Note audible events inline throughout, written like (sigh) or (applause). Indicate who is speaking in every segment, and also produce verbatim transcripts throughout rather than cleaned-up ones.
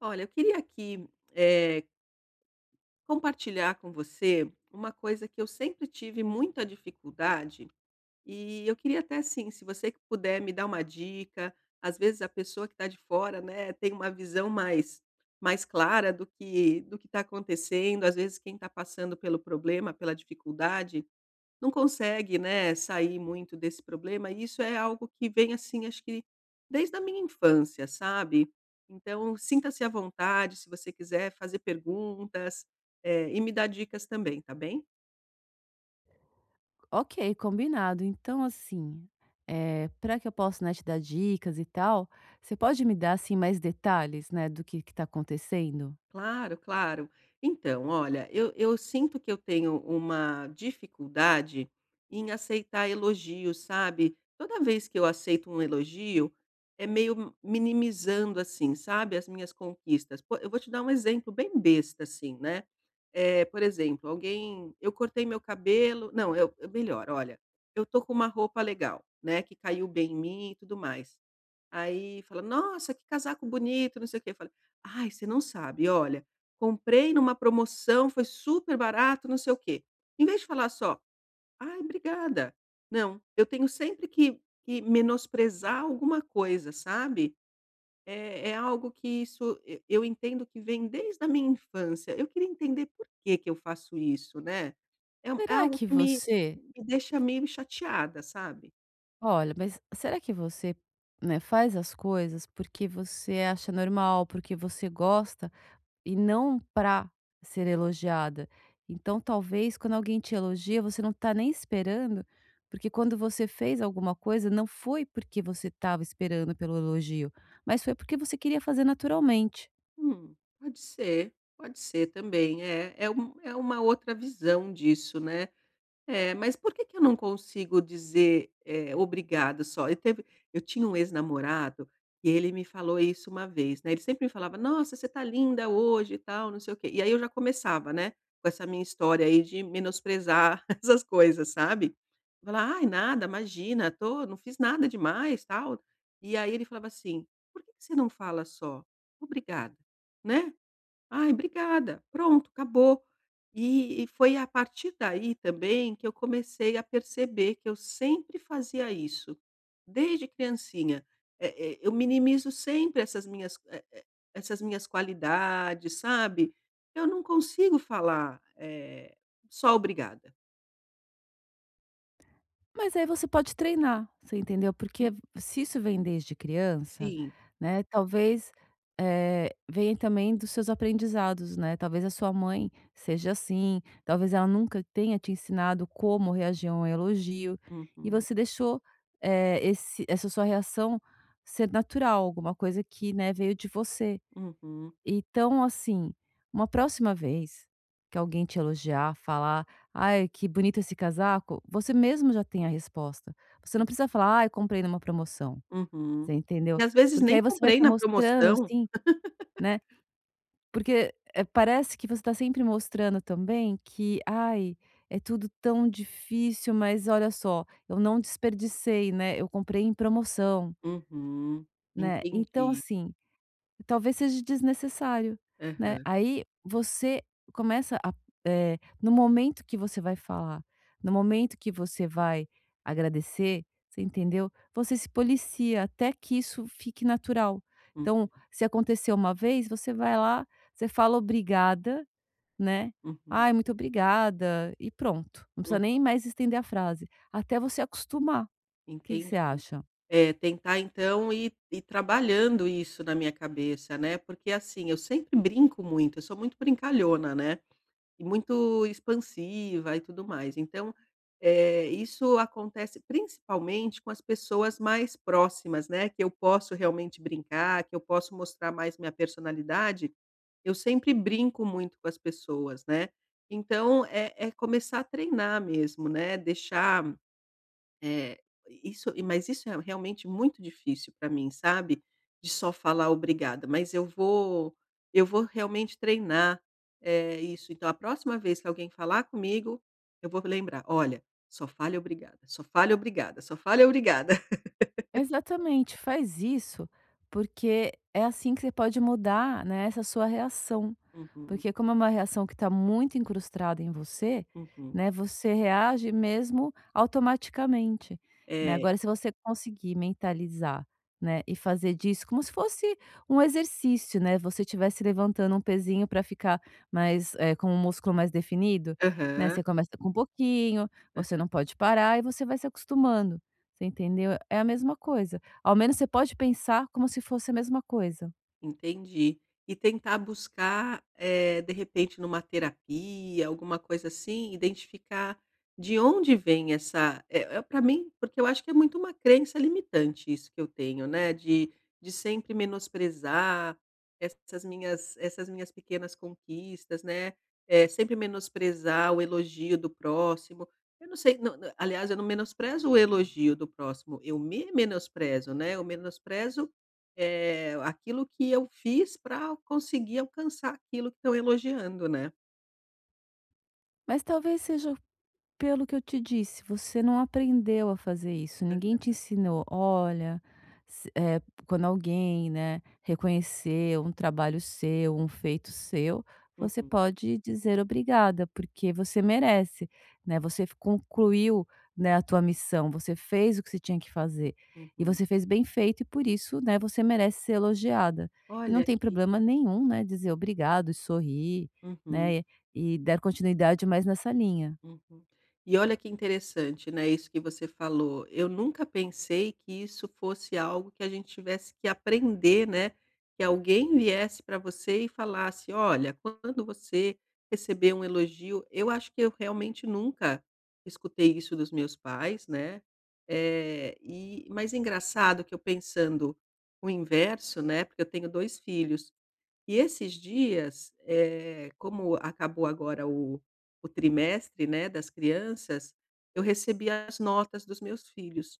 Speaker 1: Olha, eu queria aqui, eh, compartilhar com você uma coisa que eu sempre tive muita dificuldade, e eu queria até assim, se você que puder me dar uma dica, às vezes a pessoa que está de fora, né, tem uma visão mais mais clara do que do que está acontecendo, às vezes quem está passando pelo problema, pela dificuldade, não consegue, né, sair muito desse problema, e isso é algo que vem, assim, acho que desde a minha infância, sabe. Então sinta-se à vontade, se você quiser fazer perguntas, eh, e me dar dicas também, tá bem?
Speaker 2: Ok, combinado. Então, assim, para que eu possa, né, te dar dicas e tal, você pode me dar, assim, mais detalhes, né, do que que tá acontecendo?
Speaker 1: Claro, claro. Então, olha, eu, eu sinto que eu tenho uma dificuldade em aceitar elogios, sabe? Toda vez que eu aceito um elogio, é meio minimizando, assim, sabe, as minhas conquistas. Pô, eu vou te dar um exemplo bem besta, assim, né? É, por exemplo, alguém. Eu cortei meu cabelo. Não, eu, eu- melhor, olha, eu tô com uma roupa legal, né? Que caiu bem em mim e tudo mais. Aí fala: "Nossa, que casaco bonito, não sei o quê". Fala, "Ai, você não sabe, olha, comprei numa promoção, foi super barato, não sei o quê". Em vez de falar só: "Ai, obrigada". Não, eu tenho sempre que que menosprezar alguma coisa, sabe. É é algo que isso e eu entendo que vem desde a minha infância. Eu queria entender por que que eu faço isso, né. É um é
Speaker 2: Será
Speaker 1: algo
Speaker 2: que
Speaker 1: que me
Speaker 2: você
Speaker 1: me deixa meio chateada, sabe.
Speaker 2: Olha, mas será que você, né, faz as coisas porque você acha normal, porque você gosta? E não para ser elogiada. Então, talvez quando alguém te elogia, você não está nem esperando, porque quando você fez alguma coisa, não foi porque você estava esperando pelo elogio, mas foi porque você queria fazer naturalmente.
Speaker 1: Hum, pode ser, pode ser também. É, é, um, é uma outra visão disso, né? É, mas por que que eu não consigo dizer, eh, "obrigado" só? Eu teve eu tinha um ex-namorado e ele me falou isso uma vez, né, ele sempre me falava: "Nossa, você tá linda hoje e tal, não sei o quê". E aí eu já começava, né, com essa minha história aí de menosprezar (laughs) essas coisas, sabe. Falar: "Ai, nada, imagina, tô não fiz nada demais, tal". E aí ele falava assim: "Por que que você não fala só: 'Obrigada', né? "Ai, obrigada", pronto, acabou. E e foi a partir daí também que eu comecei a perceber que eu sempre fazia isso, desde criancinha. Eh eh, eu minimizo sempre essas minhas, eh eh, essas minhas qualidades, sabe. Eu não consigo falar, eh, só obrigada.
Speaker 2: Mas aí você pode treinar, você entendeu? Porque se isso vem desde criança,
Speaker 1: Sim.
Speaker 2: né, talvez, eh, venha também dos seus aprendizados, né. Talvez a sua mãe seja assim, talvez ela nunca tenha te ensinado como reagir a um elogio, e
Speaker 1: Uhum,
Speaker 2: você deixou, eh, esse essa sua reação ser natural, alguma coisa que, né, veio de você.
Speaker 1: uhum,
Speaker 2: Então, assim, uma próxima vez que alguém te elogiar, falar: "Ai, que bonito esse casaco", você mesmo já tem a resposta. Você não precisa falar: "Ai, comprei numa promoção",
Speaker 1: uhum.
Speaker 2: você entendeu?
Speaker 1: E às vezes
Speaker 2: Porque
Speaker 1: nem
Speaker 2: aí você vai
Speaker 1: comprei
Speaker 2: estar
Speaker 1: na
Speaker 2: mostrando,
Speaker 1: promoção.
Speaker 2: assim, né, porque, eh, parece que você está sempre mostrando também que: "Ai, é tudo tão difícil, mas olha só, eu não desperdicei, né, eu comprei em promoção",
Speaker 1: Uhum,
Speaker 2: né. Então,
Speaker 1: entendi.
Speaker 2: assim. Talvez seja desnecessário, né.
Speaker 1: Aham.
Speaker 2: Aí você começa a eh, no momento que você vai falar, no momento que você vai agradecer, você entendeu, você se policia até que isso fique natural.
Speaker 1: Hum,
Speaker 2: Então, se aconteceu uma vez, você vai lá, você fala obrigada, né.
Speaker 1: uhum.
Speaker 2: "Ai, muito obrigada", e pronto. Não precisa nem mais estender a frase, até você acostumar. O que que você
Speaker 1: Entendi.
Speaker 2: acha?
Speaker 1: É, tentar então ir ir trabalhando isso na minha cabeça, né, porque assim, eu sempre brinco muito, eu sou muito brincalhona, né, e muito expansiva e tudo mais. Então, eh, isso acontece principalmente com as pessoas mais próximas, né, que eu posso realmente brincar, que eu posso mostrar mais minha personalidade, eu sempre brinco muito com as pessoas, né. Então é é começar a treinar mesmo, né, deixar é, isso e mas isso é realmente muito difícil para mim, sabe, de só falar obrigada, mas eu vou eu vou realmente treinar, eh, isso. Então a próxima vez que alguém falar comigo, eu vou lembrar: "Olha, só fale obrigada, só fale obrigada, só fale obrigada". (laughs)
Speaker 2: Exatamente, faz isso, porque é assim que você pode mudar, né, essa sua reação.
Speaker 1: Uhum,
Speaker 2: Porque como é uma reação que está muito incrustada em você,
Speaker 1: uhum.
Speaker 2: né, você reage mesmo automaticamente, né.
Speaker 1: É.
Speaker 2: Agora se você conseguir mentalizar, né, e fazer disso como se fosse um exercício, né, você estivesse levantando um pezinho para ficar mais, eh, com o músculo mais definido, né, você
Speaker 1: Aham.
Speaker 2: começa com um pouquinho, você não pode parar e você vai se acostumando. Você entendeu? É a mesma coisa. Ao menos você pode pensar como se fosse a mesma coisa,
Speaker 1: Entendi. E tentar buscar, eh, de repente, numa terapia, alguma coisa assim, identificar de onde vem essa é para mim porque eu acho que é muito uma crença limitante isso que eu tenho, né, de de sempre menosprezar essas minhas essas minhas pequenas conquistas, né, é sempre menosprezar o elogio do próximo. Eu não sei, não não aliás, eu não menosprezo o elogio do próximo, eu me menosprezo, né, eu menosprezo eh, aquilo que eu fiz para conseguir alcançar aquilo que estão elogiando, né.
Speaker 2: mas talvez seja. Pelo que eu te disse, você não aprendeu a fazer isso, ninguém te ensinou. Olha, se eh, quando alguém, né, reconhecer um trabalho seu, um feito seu, você
Speaker 1: Uhum,
Speaker 2: pode dizer obrigada, porque você merece, né, você f concluiu, né, a tua missão, você fez o que você tinha que fazer, e
Speaker 1: uhum.
Speaker 2: você fez bem feito e por isso, né, você merece ser elogiada. E não
Speaker 1: Olha
Speaker 2: tem
Speaker 1: que
Speaker 2: problema nenhum, né, dizer obrigado e sorrir,
Speaker 1: uhum.
Speaker 2: né, e e dar continuidade mais nessa linha.
Speaker 1: Uhum. E olha que interessante, né, isso que você falou. Eu nunca pensei que isso fosse algo que a gente tivesse que aprender, né, que alguém viesse para você e falasse: "Olha, quando você receber um elogio", eu acho que eu realmente nunca escutei isso dos meus pais, né. É e mas é engraçado que eu pensando o inverso, né, porque eu tenho dois filhos. E esses dias, eh, como acabou agora o o trimestre, né, das crianças, eu recebia as notas dos meus filhos.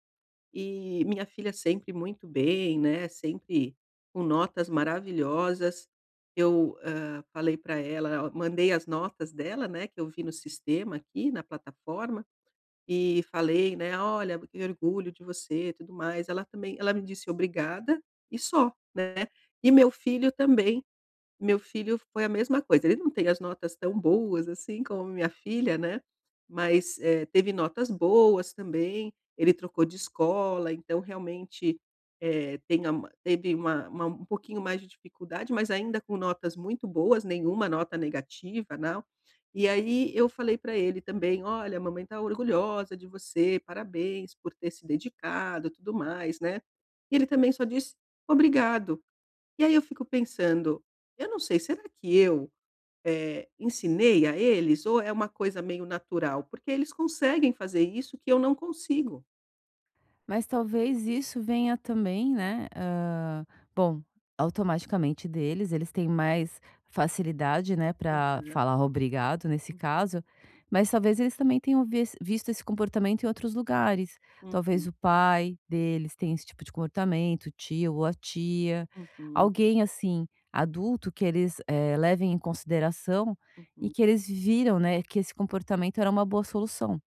Speaker 1: E minha filha sempre muito bem, né, sempre com notas maravilhosas. Eu, hã, falei para ela ó, mandei as notas dela, né, que eu vi no sistema aqui, na plataforma, e falei, né: "Olha, que orgulho de você", e tudo mais. Ela também ela me disse: "Obrigada", e só, né. E meu filho também meu filho foi a mesma coisa, ele não tem as notas tão boas, assim, como minha filha, né, mas, eh, teve notas boas também, ele trocou de escola, então realmente, eh, tem a ma teve uma uma um pouquinho mais de dificuldade, mas ainda com notas muito boas, nenhuma nota negativa, não. E aí eu falei para ele também: "Olha, a mamãe está orgulhosa de você, parabéns por ter se dedicado, tudo mais", né. E ele também só disse: "Obrigado". E aí eu fico pensando, eu não sei, será que eu, eh, ensinei a eles ou é uma coisa meio natural? Porque eles conseguem fazer isso que eu não consigo.
Speaker 2: Mas talvez isso venha também, né, hã, bom, automaticamente deles, eles têm mais facilidade, né,
Speaker 1: Aham,
Speaker 2: para
Speaker 1: né.
Speaker 2: falar obrigado nesse
Speaker 1: Uhum.
Speaker 2: caso, mas talvez eles também tenham vis visto esse comportamento em outros lugares. Talvez
Speaker 1: Uhum,
Speaker 2: o pai deles tenha esse tipo de comportamento, o tio ou a tia,
Speaker 1: uhum,
Speaker 2: alguém assim, adulto que eles, eh, levem em consideração e
Speaker 1: uhum.
Speaker 2: que eles viram, né, que esse comportamento era uma boa solução.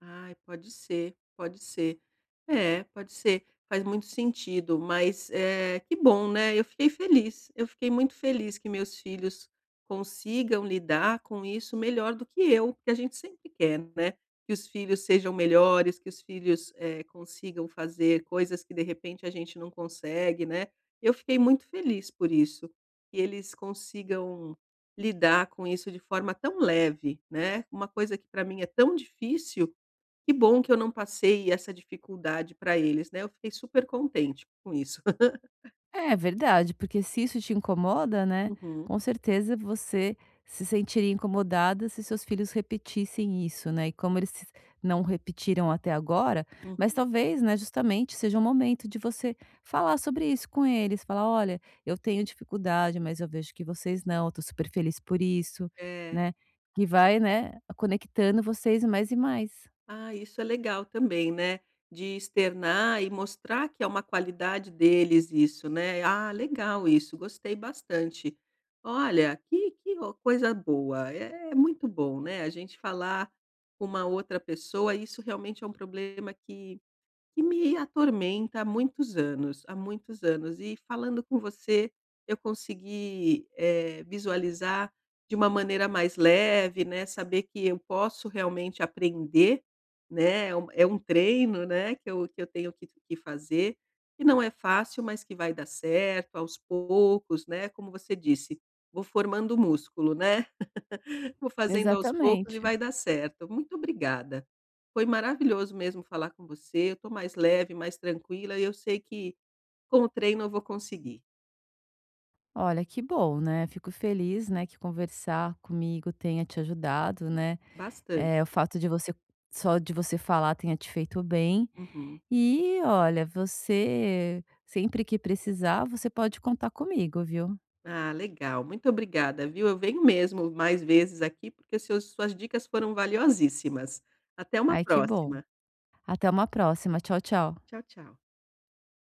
Speaker 1: Ai, pode ser, pode ser. É, pode ser, faz muito sentido, mas, eh, que bom, né, eu fiquei feliz, eu fiquei muito feliz que meus filhos consigam lidar com isso melhor do que eu, porque a gente sempre quer, né, que os filhos sejam melhores, que os filhos, eh, consigam fazer coisas que de repente a gente não consegue, né. Eu fiquei muito feliz por isso, que eles consigam lidar com isso de forma tão leve, né, uma coisa que para mim é tão difícil, que bom que eu não passei essa dificuldade para eles, né, eu fiquei super contente com isso.
Speaker 2: É verdade, porque se isso te incomoda, né,
Speaker 1: Uhum,
Speaker 2: com certeza você se sentiria incomodada se seus filhos repetissem isso, né, e como eles se não repetiram até agora, mas
Speaker 1: uhum.
Speaker 2: talvez, né, justamente seja um momento de você falar sobre isso com eles, falar: "Olha, eu tenho dificuldade, mas eu vejo que vocês não, eu tô super feliz por isso",
Speaker 1: É.
Speaker 2: né, e vai, né, conectando vocês mais e mais.
Speaker 1: Ah, isso é legal também, né, de externar e mostrar que é uma qualidade deles isso, né. Ah, legal isso, gostei bastante. Olha, que que o coisa boa, é é muito bom, né, a gente falar com uma outra pessoa, isso realmente é um problema que Que me atormenta há muitos anos, há muitos anos. E falando com você, eu consegui, eh, visualizar de uma maneira mais leve, né, saber que eu posso realmente aprender, né, é um é um treino, né, que eu que eu tenho que que fazer, que não é fácil, mas que vai dar certo aos poucos, né, como você disse, vou formando músculo, né. Vou fazendo aos poucos e
Speaker 2: Exatamente.
Speaker 1: vai dar certo. Muito obrigada. Foi maravilhoso mesmo falar com você. Eu estou mais leve, mais tranquila e eu sei que com o treino eu vou conseguir.
Speaker 2: Olha, que bom, né. Fico feliz, né, que conversar comigo tenha te ajudado, né.
Speaker 1: Bastante.
Speaker 2: É o fato de você só de você falar tenha te feito bem.
Speaker 1: Uhum.
Speaker 2: E olha, você sempre que precisar, você pode contar comigo, viu.
Speaker 1: Ah, legal. Muito obrigada, viu? Eu venho mesmo mais vezes aqui porque seus- suas dicas foram valiosíssimas. Até uma
Speaker 2: Ai, que bom.
Speaker 1: próxima.
Speaker 2: Até uma próxima. Tchau, tchau.
Speaker 1: Tchau, tchau.